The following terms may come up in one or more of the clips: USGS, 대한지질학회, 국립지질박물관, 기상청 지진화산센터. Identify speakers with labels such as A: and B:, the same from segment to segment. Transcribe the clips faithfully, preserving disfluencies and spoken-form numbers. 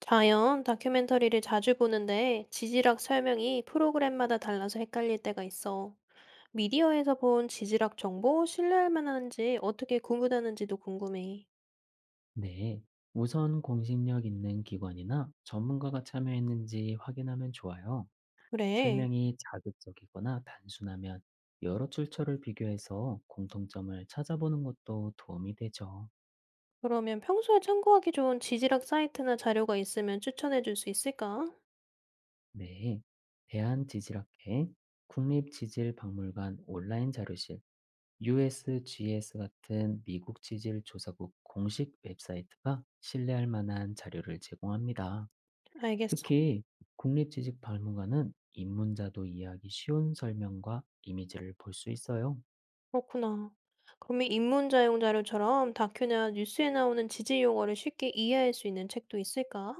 A: 자연 다큐멘터리를 자주 보는데 지질학 설명이 프로그램마다 달라서 헷갈릴 때가 있어. 미디어에서 본 지질학 정보 신뢰할 만한지 어떻게 구분하는지도 궁금해.
B: 네, 우선 공신력 있는 기관이나 전문가가 참여했는지 확인하면 좋아요.
A: 그래.
B: 설명이 자극적이거나 단순하면 여러 출처를 비교해서 공통점을 찾아보는 것도 도움이 되죠.
A: 그러면 평소에 참고하기 좋은 지질학 사이트나 자료가 있으면 추천해 줄 수 있을까?
B: 네, 대한지질학회, 국립지질박물관 온라인 자료실, 유에스지에스 같은 미국 지질 조사국 공식 웹사이트가 신뢰할 만한 자료를 제공합니다.
A: 알겠어.
B: 특히 국립지식 박물관은 입문자도 이해하기 쉬운 설명과 이미지를 볼 수 있어요.
A: 그렇구나. 그러면 입문자용 자료처럼 다큐나 뉴스에 나오는 지질 용어를 쉽게 이해할 수 있는 책도 있을까?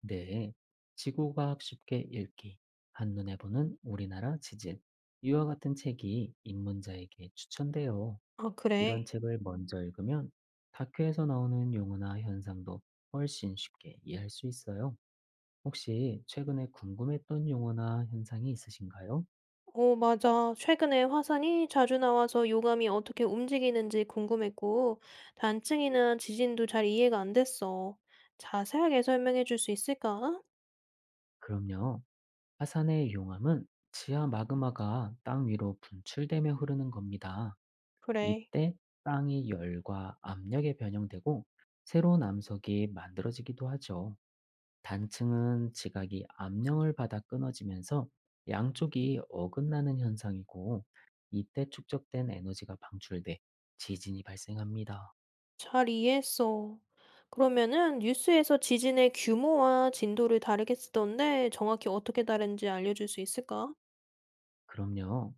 B: 네. 지구과학 쉽게 읽기, 한눈에 보는 우리나라 지질, 이와 같은 책이 입문자에게 추천돼요.
A: 아, 그래.
B: 이런 책을 먼저 읽으면 다큐에서 나오는 용어나 현상도 훨씬 쉽게 이해할 수 있어요. 혹시 최근에 궁금했던 용어나 현상이 있으신가요?
A: 어, 맞아. 최근에 화산이 자주 나와서 요감이 어떻게 움직이는지 궁금했고, 단층이나 지진도 잘 이해가 안 됐어. 자세하게 설명해 줄 수 있을까?
B: 그럼요. 화산의 용암은 지하 마그마가 땅 위로 분출되며 흐르는 겁니다.
A: 그래,
B: 이때 땅이 열과 압력에 변형되고 새로운 암석이 만들어지기도 하죠. 단층은 지각이 압력을 받아 끊어지면서 양쪽이 어긋나는 현상이고 이때 축적된 에너지가 방출돼 지진이 발생합니다.
A: 잘 이해했어. 그러면은 뉴스에서 지진의 규모와 진도를 다르게 쓰던데 정확히 어떻게 다른지 알려줄 수 있을까?
B: 그럼요.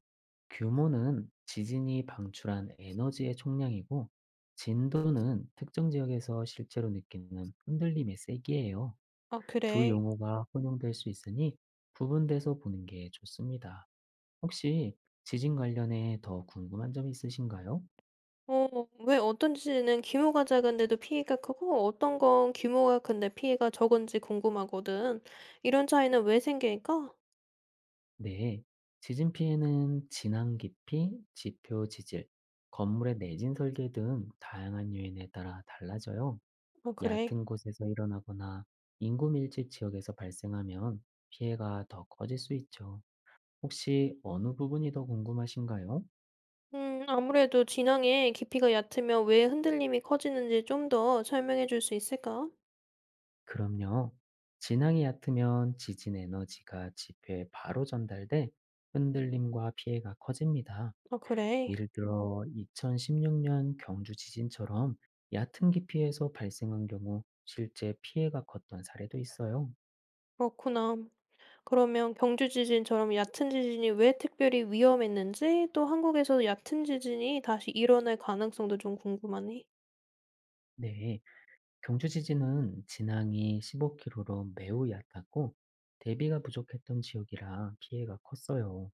B: 규모는 지진이 방출한 에너지의 총량이고, 진도는 특정 지역에서 실제로 느끼는 흔들림의 세기예요.
A: 아,
B: 두
A: 그래.
B: 용어가 혼용될 수 있으니 구분돼서 보는 게 좋습니다. 혹시 지진 관련해 더 궁금한 점 있으신가요?
A: 어, 왜 어떤 지진은 규모가 작은데도 피해가 크고 어떤 건 규모가 큰데 피해가 적은지 궁금하거든. 이런 차이는 왜 생길까?
B: 네. 지진 피해는 진앙 깊이, 지표 지질, 건물의 내진 설계 등 다양한 요인에 따라 달라져요.
A: 어 그래.
B: 얕은 곳에서 일어나거나 인구 밀집 지역에서 발생하면 피해가 더 커질 수 있죠. 혹시 어느 부분이 더 궁금하신가요?
A: 음 아무래도 진앙의 깊이가 얕으면 왜 흔들림이 커지는지 좀 더 설명해 줄 수 있을까?
B: 그럼요. 진앙이 얕으면 지진 에너지가 지표에 바로 전달돼 흔들림과 피해가 커집니다.
A: 아 그래.
B: 예를 들어 이천십육 년 경주 지진처럼 얕은 깊이에서 발생한 경우 실제 피해가 컸던 사례도 있어요.
A: 그렇구나. 그러면 경주 지진처럼 얕은 지진이 왜 특별히 위험했는지 또 한국에서 얕은 지진이 다시 일어날 가능성도 좀 궁금하네.
B: 네. 경주 지진은 진앙이 십오 킬로미터로 매우 얕았고 대비가 부족했던 지역이라 피해가 컸어요.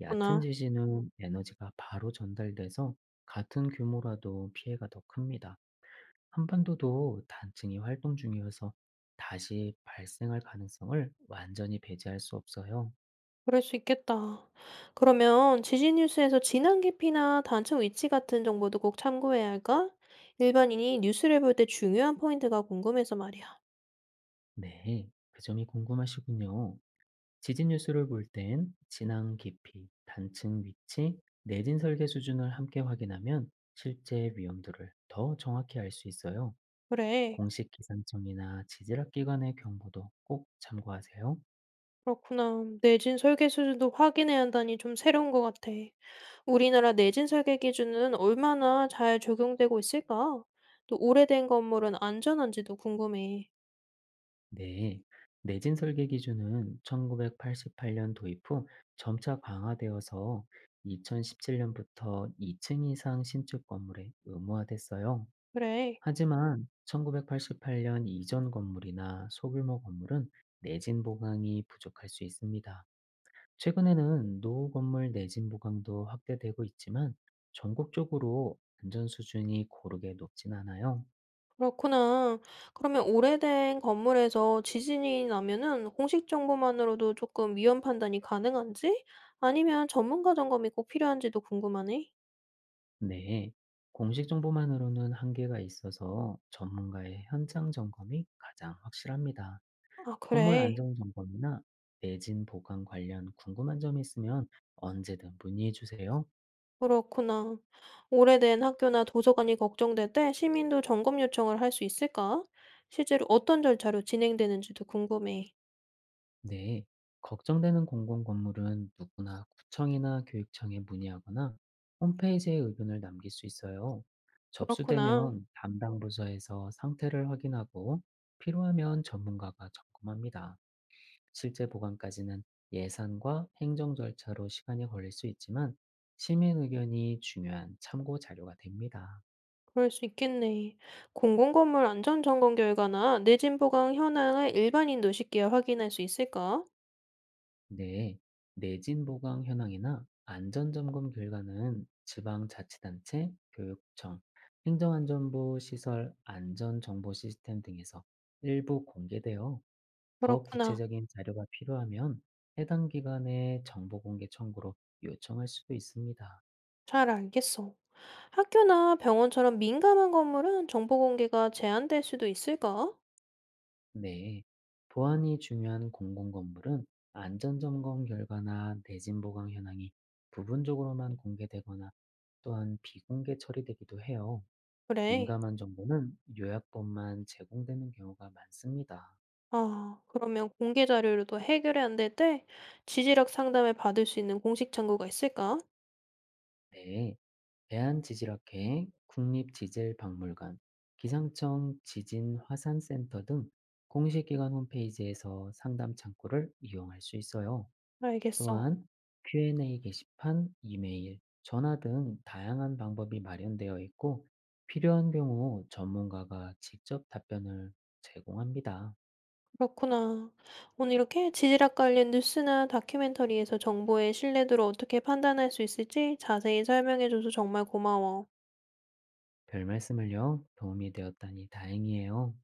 B: 얕은 지진은 에너지가 바로 전달돼서 같은 규모라도 피해가 더 큽니다. 한반도도 단층이 활동 중이어서 다시 발생할 가능성을 완전히 배제할 수 없어요.
A: 그럴 수 있겠다. 그러면 지진 뉴스에서 진앙 깊이나 단층 위치 같은 정보도 꼭 참고해야 할까? 일반인이 뉴스를 볼 때 중요한 포인트가 궁금해서 말이야.
B: 네, 그 점이 궁금하시군요. 지진 뉴스를 볼 땐 진앙 깊이, 단층 위치, 내진 설계 수준을 함께 확인하면 실제 위험도를 더 정확히 알 수 있어요.
A: 그래.
B: 공식 기상청이나 지질학 기관의 경보도 꼭 참고하세요.
A: 그렇구나. 내진 설계 수준도 확인해야 한다니 좀 새로운 것 같아. 우리나라 내진 설계 기준은 얼마나 잘 적용되고 있을까? 또 오래된 건물은 안전한지도 궁금해.
B: 네. 내진 설계 기준은 천구백팔십팔 년 도입 후 점차 강화되어서 이천십칠 년부터 이 층 이상 신축 건물에 의무화됐어요.
A: 그래.
B: 하지만 천구백팔십팔 년 이전 건물이나 소규모 건물은 내진 보강이 부족할 수 있습니다. 최근에는 노후 건물 내진 보강도 확대되고 있지만 전국적으로 안전 수준이 고르게 높진 않아요.
A: 그렇구나. 그러면 오래된 건물에서 지진이 나면은 공식 정보만으로도 조금 위험 판단이 가능한지? 아니면 전문가 점검이 꼭 필요한지도 궁금하네.
B: 네. 공식 정보만으로는 한계가 있어서 전문가의 현장 점검이 가장 확실합니다.
A: 아,
B: 건물
A: 그래.
B: 안전 점검이나 내진 보강 관련 궁금한 점이 있으면 언제든 문의해 주세요.
A: 그렇구나. 오래된 학교나 도서관이 걱정될 때 시민도 점검 요청을 할 수 있을까? 실제로 어떤 절차로 진행되는지도 궁금해.
B: 네, 걱정되는 공공 건물은 누구나 구청이나 교육청에 문의하거나 홈페이지에 의견을 남길 수 있어요.
A: 그렇구나.
B: 접수되면 담당 부서에서 상태를 확인하고 필요하면 전문가가 점검합니다. 실제 보관까지는 예산과 행정 절차로 시간이 걸릴 수 있지만 시민 의견이 중요한 참고 자료가 됩니다.
A: 그럴 수 있겠네. 공공건물 안전 점검 결과나 내진 보강 현황을 일반인도 쉽게 확인할 수 있을까?
B: 네, 내진 보강 현황이나 안전점검 결과는 지방자치단체, 교육청, 행정안전부 시설 안전정보 시스템 등에서 일부 공개되어 더
A: 그렇구나.
B: 구체적인 자료가 필요하면 해당 기관의 정보공개 청구로 요청할 수도 있습니다.
A: 잘 알겠어. 학교나 병원처럼 민감한 건물은 정보 공개가 제한될 수도 있을까?
B: 네, 보안이 중요한 공공건물은 안전점검 결과나 내진 보강 현황이 부분적으로만 공개되거나 또한 비공개 처리되기도 해요.
A: 그래.
B: 민감한 정보는 요약본만 제공되는 경우가 많습니다.
A: 아, 그러면 공개 자료로도 해결이 안 될 때 지지력 상담을 받을 수 있는 공식 창구가 있을까?
B: 네, 대한지질학회, 국립지질박물관, 기상청 지진화산센터 등 공식기관 홈페이지에서 상담 창구를 이용할 수 있어요.
A: 알겠어.
B: 또한 큐 앤 에이 게시판, 이메일, 전화 등 다양한 방법이 마련되어 있고 필요한 경우 전문가가 직접 답변을 제공합니다.
A: 그렇구나. 오늘 이렇게 지질학 관련 뉴스나 다큐멘터리에서 정보의 신뢰도를 어떻게 판단할 수 있을지 자세히 설명해줘서 정말 고마워.
B: 별 말씀을요. 도움이 되었다니 다행이에요.